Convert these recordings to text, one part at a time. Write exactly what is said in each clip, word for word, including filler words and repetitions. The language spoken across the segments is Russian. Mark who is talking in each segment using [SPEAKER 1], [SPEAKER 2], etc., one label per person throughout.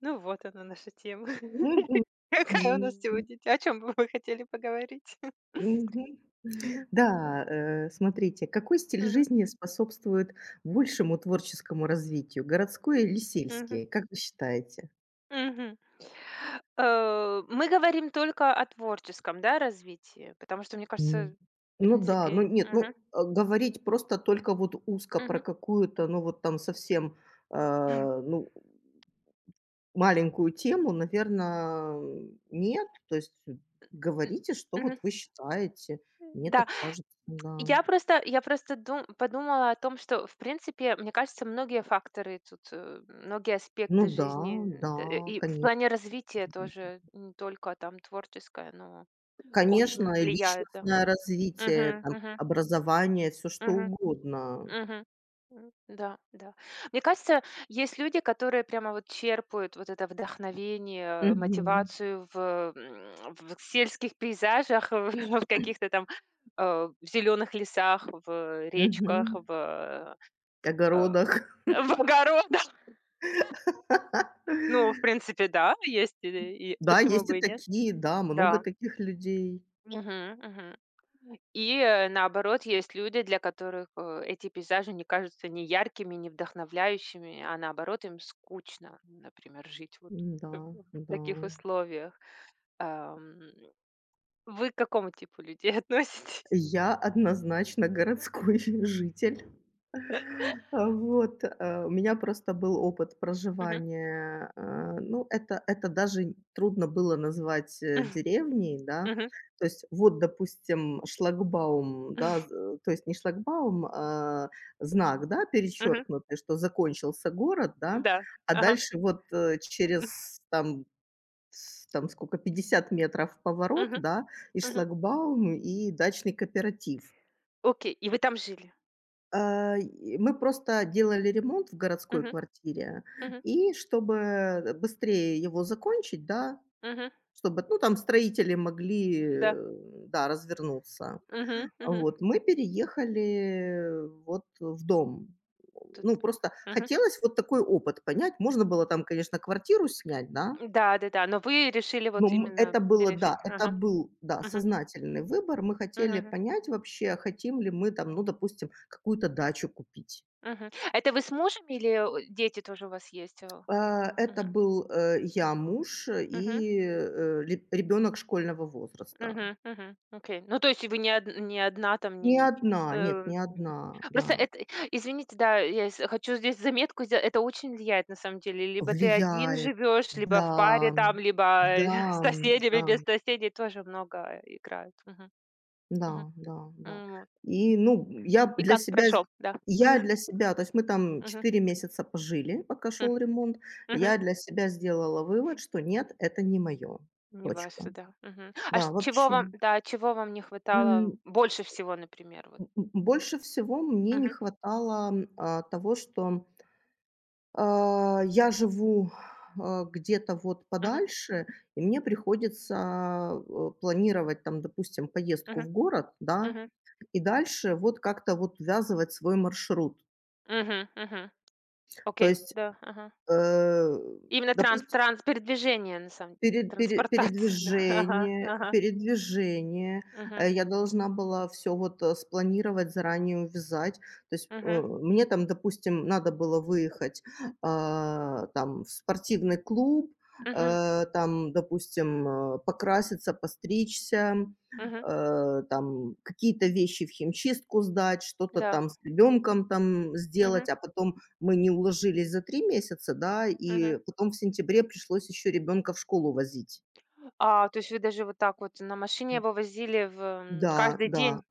[SPEAKER 1] Ну вот она, наша тема.
[SPEAKER 2] Мгм.
[SPEAKER 1] Какая у нас
[SPEAKER 2] Мгм.
[SPEAKER 1] сегодня те о чем бы вы хотели поговорить?
[SPEAKER 2] Мгм. Да, э, смотрите, какой стиль
[SPEAKER 1] Мгм.
[SPEAKER 2] жизни способствует большему творческому развитию, городской или
[SPEAKER 1] Мгм.
[SPEAKER 2] сельский, как вы считаете?
[SPEAKER 1] Мгм. Э, мы говорим только о творческом, да, развитии? Потому что, мне
[SPEAKER 2] Ну
[SPEAKER 1] кажется, в
[SPEAKER 2] ну да, ну
[SPEAKER 1] принципе.
[SPEAKER 2] нет, ну,
[SPEAKER 1] Мгм.
[SPEAKER 2] э, говорить просто только вот узко про
[SPEAKER 1] Мгм.
[SPEAKER 2] какую-то, ну вот там совсем, э, ну, маленькую тему, наверное, нет. То есть
[SPEAKER 1] М.
[SPEAKER 2] говорите, что
[SPEAKER 1] Мгм.
[SPEAKER 2] вот вы считаете. Мне
[SPEAKER 1] Да.
[SPEAKER 2] так кажется, да.
[SPEAKER 1] Я просто я просто дум подумала о том, что, в принципе, мне кажется, многие факторы тут, э, многие
[SPEAKER 2] Ну
[SPEAKER 1] аспекты
[SPEAKER 2] да,
[SPEAKER 1] жизни, н
[SPEAKER 2] да,
[SPEAKER 1] т и в
[SPEAKER 2] конечно.
[SPEAKER 1] плане развития тоже, не только там творческое, но
[SPEAKER 2] Конечно,
[SPEAKER 1] очень
[SPEAKER 2] и
[SPEAKER 1] влияет, да.
[SPEAKER 2] личностное
[SPEAKER 1] М.
[SPEAKER 2] развитие,
[SPEAKER 1] Мгм,
[SPEAKER 2] там,
[SPEAKER 1] мгм,
[SPEAKER 2] образование, все что
[SPEAKER 1] мгм,
[SPEAKER 2] угодно.
[SPEAKER 1] мгм. М, да, да. Мне кажется, есть люди, которые прямо вот черпают вот это вдохновение,
[SPEAKER 2] Мгм,
[SPEAKER 1] мотивацию в, м, в сельских пейзажах, в каких-то там, э, в зеленых лесах, в речках,
[SPEAKER 2] мгм.
[SPEAKER 1] в, э,
[SPEAKER 2] Огородах.
[SPEAKER 1] в огородах. Ну, в принципе, да, есть, и и
[SPEAKER 2] Да,
[SPEAKER 1] почему
[SPEAKER 2] есть и
[SPEAKER 1] бы и нет?
[SPEAKER 2] такие, да, много
[SPEAKER 1] Да.
[SPEAKER 2] таких людей.
[SPEAKER 1] Мгм, мгм. И, э, наоборот, есть люди, для которых, э, эти пейзажи не кажутся ни яркими, ни вдохновляющими, а наоборот, им скучно, например, жить вот в
[SPEAKER 2] Да.
[SPEAKER 1] в таких
[SPEAKER 2] Да.
[SPEAKER 1] условиях. Ам, вы к какому типу людей относитесь?
[SPEAKER 2] Я однозначно городской житель. А, вот, э, у меня просто был опыт
[SPEAKER 1] Мгм.
[SPEAKER 2] проживания, э, ну, это это даже трудно было назвать э, деревней, да.
[SPEAKER 1] Мгм.
[SPEAKER 2] То есть вот, допустим, шлагбаум, да, з э, то есть не шлагбаум, а знак, да,
[SPEAKER 1] Мгм.
[SPEAKER 2] перечеркнутый, что закончился город, да,
[SPEAKER 1] Да.
[SPEAKER 2] а
[SPEAKER 1] Ага.
[SPEAKER 2] дальше вот, э, через там с там сколько, пятьдесят метров поворот,
[SPEAKER 1] Мгм.
[SPEAKER 2] да, и
[SPEAKER 1] Мгм.
[SPEAKER 2] шлагбаум, и дачный кооператив.
[SPEAKER 1] Окей. И вы там жили?
[SPEAKER 2] А, и мы просто делали ремонт в городской
[SPEAKER 1] Мгм.
[SPEAKER 2] квартире,
[SPEAKER 1] Мгм.
[SPEAKER 2] и чтобы быстрее его закончить, да,
[SPEAKER 1] Мгм.
[SPEAKER 2] чтобы, ну, там строители могли,
[SPEAKER 1] Да.
[SPEAKER 2] э, да, развернуться.
[SPEAKER 1] Мгм. Мгм.
[SPEAKER 2] Вот, мы переехали вот в дом.
[SPEAKER 1] Тут.
[SPEAKER 2] Ну, просто
[SPEAKER 1] Мгм.
[SPEAKER 2] хотелось вот такой опыт понять. Можно было там, конечно, квартиру снять, да.
[SPEAKER 1] Да-да-да. Но вы решили
[SPEAKER 2] Ну,
[SPEAKER 1] вот М.
[SPEAKER 2] м,
[SPEAKER 1] именно
[SPEAKER 2] это было,
[SPEAKER 1] пережить.
[SPEAKER 2] да, это
[SPEAKER 1] Ага.
[SPEAKER 2] был, да,
[SPEAKER 1] Мгм.
[SPEAKER 2] сознательный выбор. Мы
[SPEAKER 1] Мгм,
[SPEAKER 2] хотели
[SPEAKER 1] мгм.
[SPEAKER 2] понять вообще, хотим ли мы там, ну, допустим, какую-то дачу купить.
[SPEAKER 1] Это вы с мужем или, э, дети тоже у вас есть? Э,
[SPEAKER 2] Э,
[SPEAKER 1] или.
[SPEAKER 2] это
[SPEAKER 1] Мгм.
[SPEAKER 2] был, э, я, муж
[SPEAKER 1] Мгм.
[SPEAKER 2] и э, ре ребенок школьного возраста.
[SPEAKER 1] Мгм. Мгм. Окей. Ну, то есть вы не од не одна там,
[SPEAKER 2] Не
[SPEAKER 1] не,
[SPEAKER 2] одна, нет,
[SPEAKER 1] э
[SPEAKER 2] не одна,
[SPEAKER 1] просто
[SPEAKER 2] да.
[SPEAKER 1] это, извините, да, я с хочу здесь заметку сделать. Это очень влияет на самом деле. Либо ты один
[SPEAKER 2] Влияет.
[SPEAKER 1] живешь, либо в паре
[SPEAKER 2] Да,
[SPEAKER 1] там, либо
[SPEAKER 2] да,
[SPEAKER 1] с соседями,
[SPEAKER 2] да.
[SPEAKER 1] без соседей, тоже много играют. Мгм. Мгм.
[SPEAKER 2] Да, да, да.
[SPEAKER 1] М, вот.
[SPEAKER 2] И, ну, я
[SPEAKER 1] И
[SPEAKER 2] для
[SPEAKER 1] как
[SPEAKER 2] себя с
[SPEAKER 1] прошел? Да.
[SPEAKER 2] я для себя, то есть мы там
[SPEAKER 1] Мгм.
[SPEAKER 2] четыре месяца пожили, пока
[SPEAKER 1] Мгм.
[SPEAKER 2] шел ремонт.
[SPEAKER 1] Мгм.
[SPEAKER 2] Я для себя сделала вывод, что нет, это не мое.
[SPEAKER 1] Не
[SPEAKER 2] Точка.
[SPEAKER 1] ваше, да. Мгм. А
[SPEAKER 2] Да,
[SPEAKER 1] ш чего
[SPEAKER 2] вообще.
[SPEAKER 1] вам, да, чего вам не хватало больше всего, например, вот?
[SPEAKER 2] М, м, больше всего мне не
[SPEAKER 1] Мгм,
[SPEAKER 2] хватало, м, а, того, что а, я живу а, где-то вот
[SPEAKER 1] мгм,
[SPEAKER 2] подальше, и мне приходится, а, э, планировать там, допустим, поездку
[SPEAKER 1] мгм,
[SPEAKER 2] в город, да.
[SPEAKER 1] мгм,
[SPEAKER 2] И дальше вот как-то вот ввязывать свой маршрут.
[SPEAKER 1] мгм, мгм.
[SPEAKER 2] То
[SPEAKER 1] Окей,
[SPEAKER 2] есть,
[SPEAKER 1] да, ага.
[SPEAKER 2] э,
[SPEAKER 1] Именно транс
[SPEAKER 2] допустим
[SPEAKER 1] транс передвижение, на самом деле,
[SPEAKER 2] Пере пере
[SPEAKER 1] транспортация, да. Ага,
[SPEAKER 2] передвижение
[SPEAKER 1] ага.
[SPEAKER 2] передвижение.
[SPEAKER 1] Мгм,
[SPEAKER 2] Э, я должна была все вот э, спланировать, заранее увязать. То есть э,
[SPEAKER 1] мгм,
[SPEAKER 2] мне там, допустим, надо было выехать а, там в спортивный клуб,
[SPEAKER 1] мгм,
[SPEAKER 2] э, там, допустим, э, покраситься, постричься,
[SPEAKER 1] мгм,
[SPEAKER 2] э, там какие-то вещи в химчистку сдать, что-то
[SPEAKER 1] да.
[SPEAKER 2] там с ребенком там
[SPEAKER 1] Мгм,
[SPEAKER 2] сделать, а потом мы не уложились за три месяца, да,
[SPEAKER 1] мгм.
[SPEAKER 2] и потом в сентябре пришлось еще ребенка в школу возить.
[SPEAKER 1] А, то есть вы даже вот так вот на машине
[SPEAKER 2] М,
[SPEAKER 1] его возили в, м,
[SPEAKER 2] да,
[SPEAKER 1] каждый
[SPEAKER 2] да.
[SPEAKER 1] день?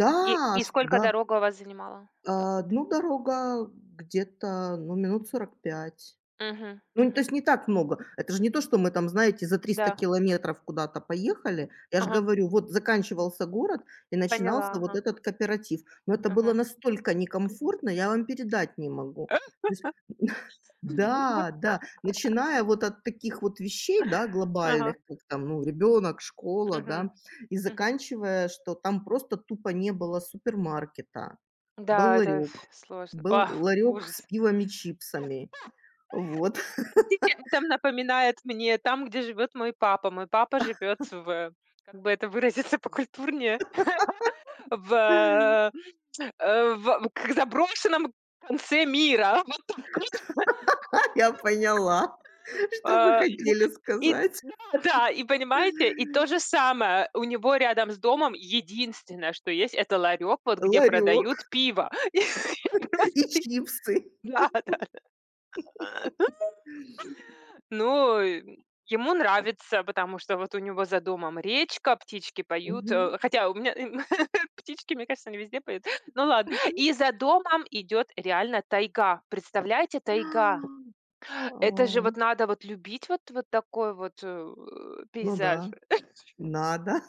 [SPEAKER 2] Да,
[SPEAKER 1] И и
[SPEAKER 2] ш
[SPEAKER 1] сколько
[SPEAKER 2] да.
[SPEAKER 1] дорога у вас занимала, вот так
[SPEAKER 2] А,
[SPEAKER 1] вот?
[SPEAKER 2] ну, дорога где-то, ну, минут сорок пять.
[SPEAKER 1] Мгм,
[SPEAKER 2] Ну, то
[SPEAKER 1] мгм,
[SPEAKER 2] есть не так много. Это же не то, что мы там, знаете, за триста
[SPEAKER 1] да.
[SPEAKER 2] километров куда-то поехали. Я ж
[SPEAKER 1] Ага,
[SPEAKER 2] говорю, вот заканчивался город и
[SPEAKER 1] поняла,
[SPEAKER 2] начинался вот
[SPEAKER 1] ага,
[SPEAKER 2] этот кооператив. Но это было
[SPEAKER 1] ага.
[SPEAKER 2] настолько некомфортно, я вам передать не могу. То есть Да, да, начиная вот от таких вот вещей, да,
[SPEAKER 1] Ага.
[SPEAKER 2] глобальных, как там, ну, ребенок, школа,
[SPEAKER 1] Мгм,
[SPEAKER 2] да, и
[SPEAKER 1] мгм.
[SPEAKER 2] заканчивая, что там просто тупо не было супермаркета. Был
[SPEAKER 1] Да, это
[SPEAKER 2] ларек,
[SPEAKER 1] сложно.
[SPEAKER 2] был
[SPEAKER 1] Ах,
[SPEAKER 2] ларек с
[SPEAKER 1] ужас.
[SPEAKER 2] пивом и чипсами. Вот,
[SPEAKER 1] Там напоминает мне там, где живет мой папа. Мой папа живет в — как бы это выразиться покультурнее, в, э, в к заброшенном конце мира.
[SPEAKER 2] я поняла, что вы
[SPEAKER 1] А,
[SPEAKER 2] хотели
[SPEAKER 1] и
[SPEAKER 2] сказать.
[SPEAKER 1] да, и понимаете, и то же самое. У него рядом с домом единственное, что есть, это ларек, вот где
[SPEAKER 2] Ларек
[SPEAKER 1] продают пиво. И я просто-.
[SPEAKER 2] и чипсы.
[SPEAKER 1] Да, да. Да. Ну, э, ему нравится, потому что вот у него за домом речка, птички поют.
[SPEAKER 2] Мгм,
[SPEAKER 1] Э, хотя у меня птички, мне кажется, не везде поют. Ну ладно.
[SPEAKER 2] мгм.
[SPEAKER 1] И за домом идет реально тайга. Представляете, тайга.
[SPEAKER 2] А,
[SPEAKER 1] Это же вот надо вот любить вот, вот такой вот э,
[SPEAKER 2] ну
[SPEAKER 1] пейзаж.
[SPEAKER 2] да, надо.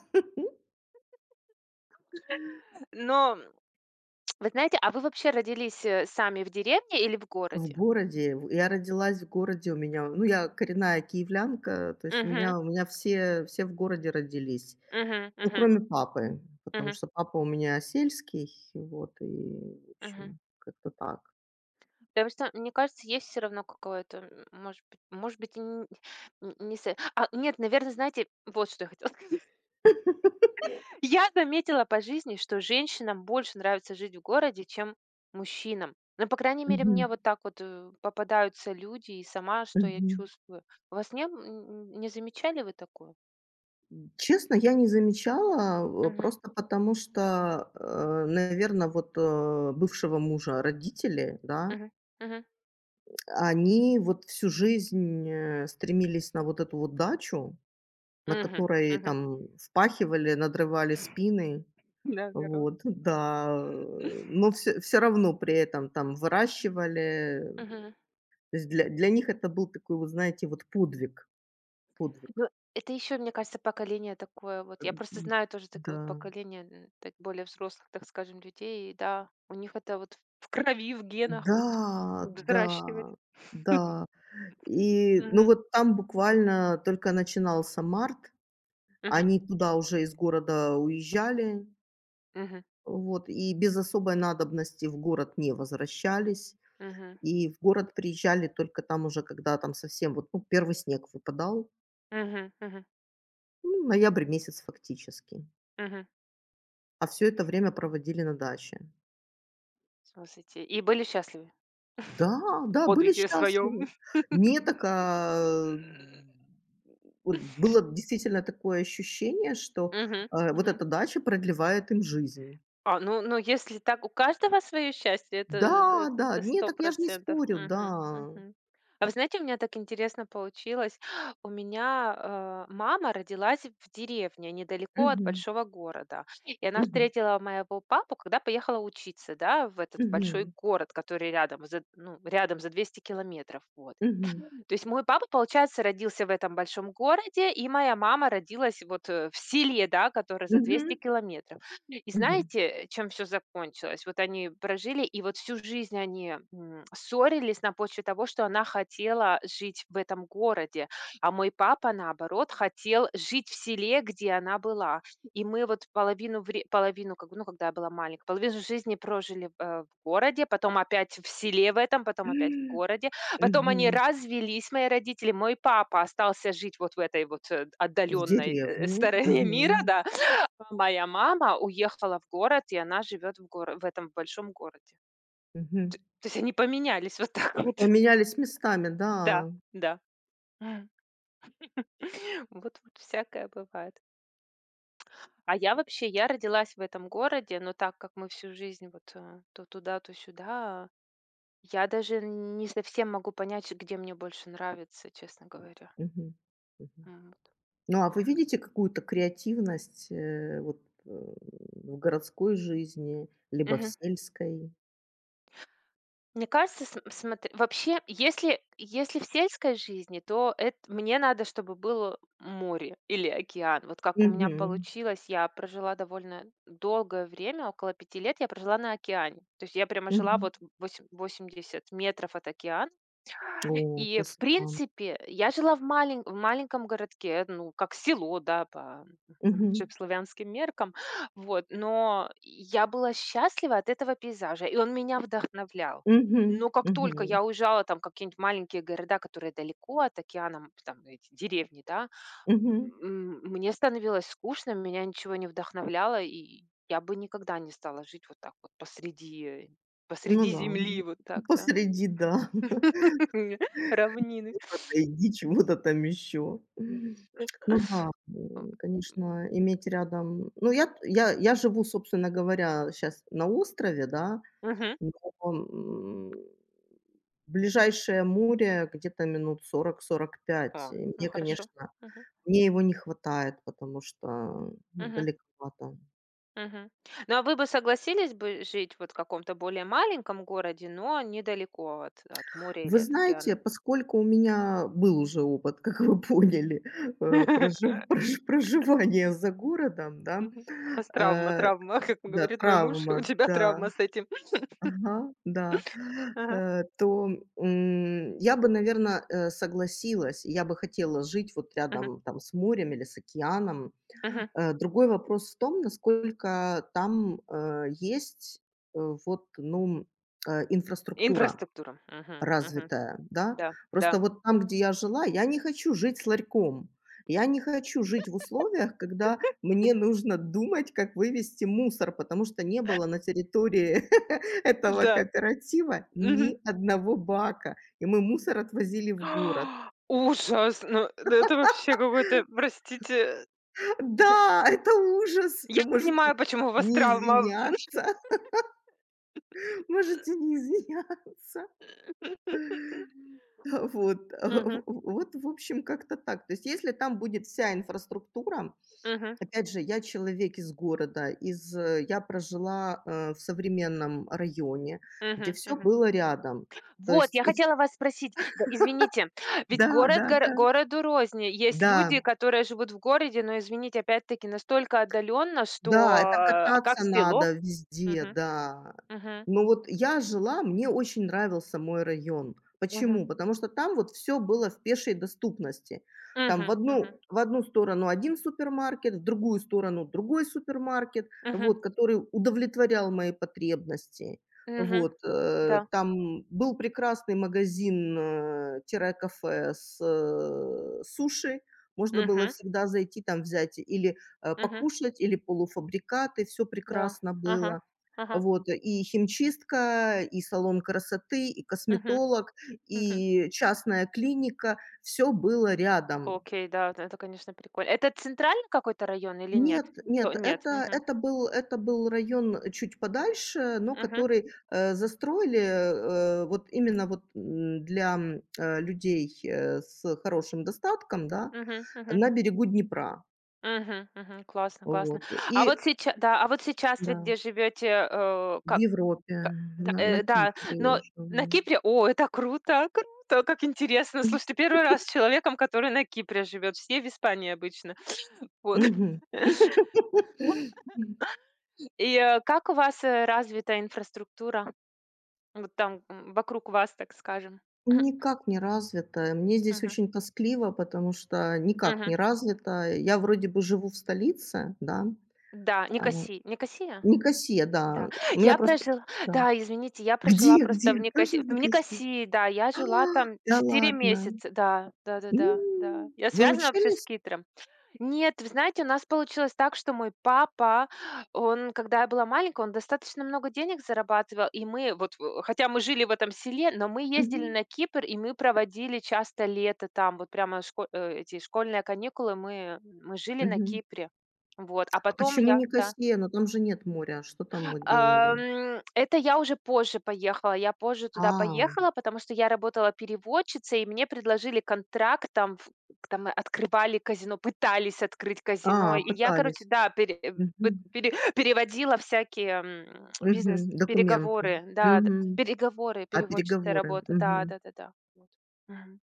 [SPEAKER 1] Но вы знаете, а вы вообще родились, э, сами в деревне или в
[SPEAKER 2] В
[SPEAKER 1] городе?
[SPEAKER 2] городе, в я родилась в городе, у меня ну, я коренная киевлянка, то есть у
[SPEAKER 1] Мгм.
[SPEAKER 2] меня у меня все все в городе родились.
[SPEAKER 1] Мгм.
[SPEAKER 2] Ну,
[SPEAKER 1] Мгм.
[SPEAKER 2] кроме папы, потому
[SPEAKER 1] Мгм.
[SPEAKER 2] что папа у меня сельский, вот, и, в
[SPEAKER 1] Мгм.
[SPEAKER 2] общем, как-то так.
[SPEAKER 1] Да, просто, мне кажется, есть все равно какое-то, м, может быть, может быть. И н н не с А, нет, наверное, знаете, вот что я хотела сказать. Я заметила по жизни, что женщинам больше нравится жить в городе, чем мужчинам. Ну, по крайней мере,
[SPEAKER 2] Мгм,
[SPEAKER 1] мне вот так вот, э, попадаются люди, и сама, что я
[SPEAKER 2] мгм.
[SPEAKER 1] чувствую. У вас не м, н не замечали вы такое?
[SPEAKER 2] Честно, я не замечала, э,
[SPEAKER 1] Угу,
[SPEAKER 2] просто потому что, наверное, вот э, бывшего мужа родители, да,
[SPEAKER 1] угу, угу,
[SPEAKER 2] они вот всю жизнь э, стремились на вот эту вот дачу. На
[SPEAKER 1] угу,
[SPEAKER 2] которой
[SPEAKER 1] мгм.
[SPEAKER 2] там впахивали, надрывали спины.
[SPEAKER 1] Да, здорово.
[SPEAKER 2] Вот, да э, но все все равно при этом там выращивали.
[SPEAKER 1] Мгм.
[SPEAKER 2] То есть для для них это был такой, вот знаете, вот подвиг, подвиг.
[SPEAKER 1] Ну, это еще, мне кажется, поколение такое вот. Я просто
[SPEAKER 2] м,
[SPEAKER 1] знаю тоже такое вот
[SPEAKER 2] да.
[SPEAKER 1] поколение, м, так более взрослых, так скажем, людей. И да, у них это вот в крови, в генах вот
[SPEAKER 2] Да, да,
[SPEAKER 1] взращивать.
[SPEAKER 2] да. И, ну,
[SPEAKER 1] Мгм.
[SPEAKER 2] вот там буквально только начинался март,
[SPEAKER 1] Мгм.
[SPEAKER 2] они туда уже из города уезжали,
[SPEAKER 1] Мгм.
[SPEAKER 2] вот, и без особой надобности в город не возвращались.
[SPEAKER 1] Мгм.
[SPEAKER 2] И в город приезжали только там уже, когда там совсем вот, ну, первый снег выпадал,
[SPEAKER 1] Мгм. Мгм.
[SPEAKER 2] ну, ноябрь месяц фактически.
[SPEAKER 1] Мгм.
[SPEAKER 2] А все это время проводили на даче.
[SPEAKER 1] Слушайте, и были счастливы
[SPEAKER 2] Да,
[SPEAKER 1] в
[SPEAKER 2] да, были
[SPEAKER 1] подвиге своем.
[SPEAKER 2] счастливы. Не так, а, вот было действительно такое ощущение, что
[SPEAKER 1] Мгм.
[SPEAKER 2] э, вот
[SPEAKER 1] Мгм.
[SPEAKER 2] эта дача продлевает им жизнь.
[SPEAKER 1] А, ну ну, если так, у каждого свое счастье, это э,
[SPEAKER 2] Да,
[SPEAKER 1] это
[SPEAKER 2] да,
[SPEAKER 1] это
[SPEAKER 2] не,
[SPEAKER 1] сто
[SPEAKER 2] так я ж не
[SPEAKER 1] процентов.
[SPEAKER 2] спорю, да.
[SPEAKER 1] Мгм, мгм. А вы знаете, у меня так интересно получилось. У меня, э, мама родилась в деревне, недалеко от
[SPEAKER 2] Мгм,
[SPEAKER 1] большого города. И она
[SPEAKER 2] мгм,
[SPEAKER 1] встретила моего папу, когда поехала учиться, да, в этот большой
[SPEAKER 2] мгм,
[SPEAKER 1] город, который рядом, за ну, рядом за двести километров, вот.
[SPEAKER 2] мгм,
[SPEAKER 1] То есть мой папа, получается, родился в этом большом городе, и моя мама родилась вот, э, в селе, да, которое за двести
[SPEAKER 2] мгм,
[SPEAKER 1] километров. И
[SPEAKER 2] мгм.
[SPEAKER 1] знаете, чем все закончилось? Вот они прожили, и вот всю жизнь они м, ссорились на почве того, что она хотела жить в этом городе, а мой папа, наоборот, хотел жить в селе, где она была. И мы вот половину, вре- половину, как бы, ну, когда я была маленькая, половину жизни прожили, э, в городе, потом опять в селе в этом, потом опять в городе. А потом они
[SPEAKER 2] Мгм.
[SPEAKER 1] развелись, мои родители. Мой папа остался жить вот в этой вот, э,
[SPEAKER 2] В
[SPEAKER 1] отдаленной, э,
[SPEAKER 2] деревне.
[SPEAKER 1] стороне мира,
[SPEAKER 2] Мгм.
[SPEAKER 1] да. А моя мама уехала в город, и она живет в горо в этом большом городе.
[SPEAKER 2] Мгм.
[SPEAKER 1] То есть они поменялись вот так вот.
[SPEAKER 2] Поменялись местами,
[SPEAKER 1] Да,
[SPEAKER 2] да.
[SPEAKER 1] да. М. Вот вот всякое бывает. А я вообще, я родилась в этом городе, но так как мы всю жизнь вот, э, то туда, то сюда, я даже не совсем могу понять, где мне больше нравится, честно говоря.
[SPEAKER 2] Мгм. Мгм.
[SPEAKER 1] М, вот.
[SPEAKER 2] Ну, а вы видите какую-то креативность э, вот, э, в городской жизни, либо в
[SPEAKER 1] Мгм.
[SPEAKER 2] сельской?
[SPEAKER 1] Мне кажется, см смотри, вообще, если если в сельской жизни, то эт мне надо, чтобы было море или океан. Вот как у меня
[SPEAKER 2] Мгм.
[SPEAKER 1] получилось, я прожила довольно долгое время, около пяти лет я прожила на океане. То есть я прямо жила
[SPEAKER 2] Мгм.
[SPEAKER 1] вот, восем восемьдесят метров от океана.
[SPEAKER 2] О,
[SPEAKER 1] И, в
[SPEAKER 2] красота.
[SPEAKER 1] принципе, я жила в малень в маленьком городке, ну, как село, да, по нашим
[SPEAKER 2] Мгм.
[SPEAKER 1] славянским меркам. Вот, но я была счастлива от этого пейзажа, и он меня вдохновлял.
[SPEAKER 2] Мгм.
[SPEAKER 1] Но как только
[SPEAKER 2] Мгм.
[SPEAKER 1] я уезжала там в какие-нибудь маленькие города, которые далеко от океана, там эти деревни, да,
[SPEAKER 2] Мгм.
[SPEAKER 1] м, мне становилось скучно, меня ничего не вдохновляло, и я бы никогда не стала жить вот так вот посреди
[SPEAKER 2] Ну
[SPEAKER 1] посреди
[SPEAKER 2] да,
[SPEAKER 1] земли,
[SPEAKER 2] м,
[SPEAKER 1] вот так, да,
[SPEAKER 2] посреди, да.
[SPEAKER 1] равнины.
[SPEAKER 2] иди, чего-то там еще. Ну да,
[SPEAKER 1] М,
[SPEAKER 2] м, конечно, иметь рядом. Ну, я т я я живу, собственно говоря, сейчас на острове, да,
[SPEAKER 1] мгм.
[SPEAKER 2] но м, ближайшее море где-то минут сорок 45.
[SPEAKER 1] О,
[SPEAKER 2] И
[SPEAKER 1] ну
[SPEAKER 2] мне,
[SPEAKER 1] хорошо.
[SPEAKER 2] конечно,
[SPEAKER 1] Мгм.
[SPEAKER 2] мне его не хватает, потому что, ну,
[SPEAKER 1] Мгм.
[SPEAKER 2] далековато.
[SPEAKER 1] Мгм. Ну, а вы бы согласились бы жить вот в каком-то более маленьком городе, но недалеко от, от моря или
[SPEAKER 2] Вы
[SPEAKER 1] от
[SPEAKER 2] знаете,
[SPEAKER 1] океана?
[SPEAKER 2] поскольку у меня был уже опыт, как вы поняли, э, прожив прож проживания за городом, да
[SPEAKER 1] Мгм. У вас травма,
[SPEAKER 2] э,
[SPEAKER 1] травма, как
[SPEAKER 2] да,
[SPEAKER 1] говорит мой муж,
[SPEAKER 2] травма,
[SPEAKER 1] у тебя
[SPEAKER 2] да,
[SPEAKER 1] травма с этим.
[SPEAKER 2] ага, да,
[SPEAKER 1] Ага.
[SPEAKER 2] э, то, м, я бы, наверное, согласилась, я бы хотела жить вот
[SPEAKER 1] Мгм.
[SPEAKER 2] рядом там с морем или с океаном.
[SPEAKER 1] Мгм.
[SPEAKER 2] Э, другой вопрос в том, насколько там э, есть э, вот, ну, э, инфраструктура.
[SPEAKER 1] Инфраструктура. Мгм. Мгм.
[SPEAKER 2] Развитая, да.
[SPEAKER 1] Да,
[SPEAKER 2] Просто
[SPEAKER 1] да,
[SPEAKER 2] вот там, где я жила, я не хочу жить с ларьком. Я не хочу жить в условиях, когда мне нужно думать, как вывести мусор, потому что не было на территории этого
[SPEAKER 1] да.
[SPEAKER 2] кооператива
[SPEAKER 1] Мгм.
[SPEAKER 2] ни одного бака, и мы мусор отвозили в город.
[SPEAKER 1] Ужас! Ну, да это вообще какой-то, простите.
[SPEAKER 2] Да, это ужас!
[SPEAKER 1] Я
[SPEAKER 2] Вы
[SPEAKER 1] понимаю,
[SPEAKER 2] можете
[SPEAKER 1] почему у вас
[SPEAKER 2] не
[SPEAKER 1] травма.
[SPEAKER 2] извиняться, можете не извиняться. Вот,
[SPEAKER 1] Мгм.
[SPEAKER 2] вот, в общем, как-то так. То есть, если там будет вся инфраструктура.
[SPEAKER 1] Мгм.
[SPEAKER 2] Опять же, я человек из города, из э, я прожила э, в современном районе, где
[SPEAKER 1] Мгм,
[SPEAKER 2] все
[SPEAKER 1] мгм.
[SPEAKER 2] было рядом. То
[SPEAKER 1] Вот,
[SPEAKER 2] есть
[SPEAKER 1] я
[SPEAKER 2] и вс
[SPEAKER 1] хотела вас спросить, да, извините, ведь
[SPEAKER 2] Да,
[SPEAKER 1] город,
[SPEAKER 2] да,
[SPEAKER 1] горо
[SPEAKER 2] да.
[SPEAKER 1] городу рознь. Есть
[SPEAKER 2] Да.
[SPEAKER 1] люди, которые живут в городе, но, извините, опять-таки настолько отдаленно, что,
[SPEAKER 2] Да, это
[SPEAKER 1] а, как
[SPEAKER 2] кататься
[SPEAKER 1] село.
[SPEAKER 2] надо везде,
[SPEAKER 1] Мгм,
[SPEAKER 2] да.
[SPEAKER 1] мгм,
[SPEAKER 2] Но вот я жила, мне очень нравился мой район.
[SPEAKER 1] мгм,
[SPEAKER 2] Почему? Потому что там вот все было в пешей доступности. Там в
[SPEAKER 1] мгм, мгм,
[SPEAKER 2] одну в одну сторону один супермаркет, в другую сторону другой супермаркет,
[SPEAKER 1] мгм,
[SPEAKER 2] вот, который удовлетворял мои потребности.
[SPEAKER 1] мгм,
[SPEAKER 2] Вот
[SPEAKER 1] да,
[SPEAKER 2] э, там был прекрасный магазин э, тире кафе с э, суши. Можно было
[SPEAKER 1] мгм,
[SPEAKER 2] всегда зайти там взять или э,
[SPEAKER 1] мгм,
[SPEAKER 2] покушать или полуфабрикаты, все
[SPEAKER 1] да,
[SPEAKER 2] прекрасно
[SPEAKER 1] ага,
[SPEAKER 2] было.
[SPEAKER 1] ага,
[SPEAKER 2] Вот, и химчистка, и салон красоты, и
[SPEAKER 1] мгм,
[SPEAKER 2] косметолог,
[SPEAKER 1] мгм.
[SPEAKER 2] и частная клиника — все было рядом.
[SPEAKER 1] Окей, да, вот это, конечно, прикольно. Это центральный какой-то район или нет?
[SPEAKER 2] Нет,
[SPEAKER 1] То
[SPEAKER 2] нет,
[SPEAKER 1] нет,
[SPEAKER 2] это
[SPEAKER 1] мгм,
[SPEAKER 2] это был это был район э, чуть подальше, но
[SPEAKER 1] мгм,
[SPEAKER 2] который э, застроили э, вот именно вот м, для, м, э, людей э, с хорошим достатком, да,
[SPEAKER 1] мгм, мгм.
[SPEAKER 2] на берегу Днепра.
[SPEAKER 1] Мгм, мгм. Классно, классно.
[SPEAKER 2] Вот,
[SPEAKER 1] А вот
[SPEAKER 2] и
[SPEAKER 1] сейчас, да, а вот сейчас вы
[SPEAKER 2] да.
[SPEAKER 1] где живете, э,
[SPEAKER 2] В
[SPEAKER 1] как,
[SPEAKER 2] Европе,
[SPEAKER 1] ка- да,
[SPEAKER 2] на на
[SPEAKER 1] э, да,
[SPEAKER 2] Кипре
[SPEAKER 1] но на
[SPEAKER 2] живу.
[SPEAKER 1] Кипре, о, это круто, круто, как интересно.
[SPEAKER 2] М,
[SPEAKER 1] Слушай, первый раз с человеком, который на Кипре живет, все в Испании обычно. Вот.
[SPEAKER 2] мгм.
[SPEAKER 1] И э, как у вас э, развита инфраструктура? Вот там, м, вокруг вас, так скажем. Мгм,
[SPEAKER 2] Никак не развито. Мне здесь
[SPEAKER 1] мгм,
[SPEAKER 2] очень тоскливо, потому что никак
[SPEAKER 1] мгм.
[SPEAKER 2] не развито. Я вроде бы живу в столице, да,
[SPEAKER 1] Да,
[SPEAKER 2] а,
[SPEAKER 1] Никосия. Никосия?
[SPEAKER 2] Никосия,
[SPEAKER 1] Да,
[SPEAKER 2] да. У меня
[SPEAKER 1] я
[SPEAKER 2] просто
[SPEAKER 1] прожила,
[SPEAKER 2] да.
[SPEAKER 1] да, извините, я прожила
[SPEAKER 2] Где,
[SPEAKER 1] просто в
[SPEAKER 2] где?
[SPEAKER 1] Никоси
[SPEAKER 2] Тоже в
[SPEAKER 1] в
[SPEAKER 2] Никосии?
[SPEAKER 1] Никосии, да, я
[SPEAKER 2] А,
[SPEAKER 1] жила там
[SPEAKER 2] да
[SPEAKER 1] четыре
[SPEAKER 2] ладно!
[SPEAKER 1] месяца, да, да-да-да, да. Да, да.
[SPEAKER 2] М,
[SPEAKER 1] Я
[SPEAKER 2] вы
[SPEAKER 1] связана вообще с
[SPEAKER 2] учились?
[SPEAKER 1] Кипром? Нет, вы знаете, у нас получилось так, что мой папа, он, когда я была маленькая, он достаточно много денег зарабатывал, и мы вот, э, хотя мы жили в этом селе, но мы ездили
[SPEAKER 2] Мгм,
[SPEAKER 1] на Кипр, и мы проводили часто лето там, вот прямо шко э, эти школьные каникулы мы мы жили на
[SPEAKER 2] мгм.
[SPEAKER 1] Кипре. Вот, а
[SPEAKER 2] А
[SPEAKER 1] потом
[SPEAKER 2] почему
[SPEAKER 1] я. Да.
[SPEAKER 2] Никосия? Но там же нет моря. Что там вы делали?
[SPEAKER 1] Ам, это я уже позже поехала. Я позже туда
[SPEAKER 2] А.
[SPEAKER 1] поехала, потому что я работала переводчицей, и мне предложили контракт, там, в там открывали казино, пытались открыть казино.
[SPEAKER 2] А,
[SPEAKER 1] И я, короче,
[SPEAKER 2] пытались.
[SPEAKER 1] да, пере э, пы
[SPEAKER 2] Мгм.
[SPEAKER 1] пере переводила всякие, м,
[SPEAKER 2] Мгм. Документы.
[SPEAKER 1] бизнес-переговоры. Да, д
[SPEAKER 2] Мгм.
[SPEAKER 1] переговоры,
[SPEAKER 2] А
[SPEAKER 1] переводческая
[SPEAKER 2] переговоры?
[SPEAKER 1] работа. Да,
[SPEAKER 2] Мгм.
[SPEAKER 1] да-да-да. Вот. Мгм.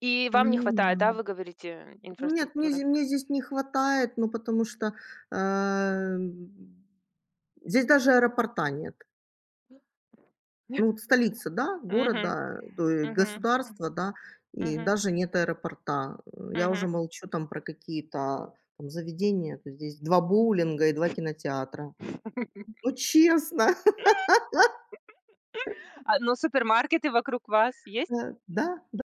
[SPEAKER 1] И вам не
[SPEAKER 2] Ну да.
[SPEAKER 1] хватает, да, вы говорите,
[SPEAKER 2] Нет, мне
[SPEAKER 1] инфраструктуры?
[SPEAKER 2] зд мне здесь не хватает, ну, потому что, эм, здесь даже аэропорта нет. Ну, вот столица, да,
[SPEAKER 1] Мгм,
[SPEAKER 2] города, то и
[SPEAKER 1] мгм,
[SPEAKER 2] государства, да, и
[SPEAKER 1] мгм,
[SPEAKER 2] даже нет аэропорта. Э, я
[SPEAKER 1] мгм.
[SPEAKER 2] уже молчу там про какие-то там заведения. То есть здесь два боулинга и два кинотеатра. Ну, честно,
[SPEAKER 1] А, но супермаркеты вокруг вас есть?
[SPEAKER 2] да.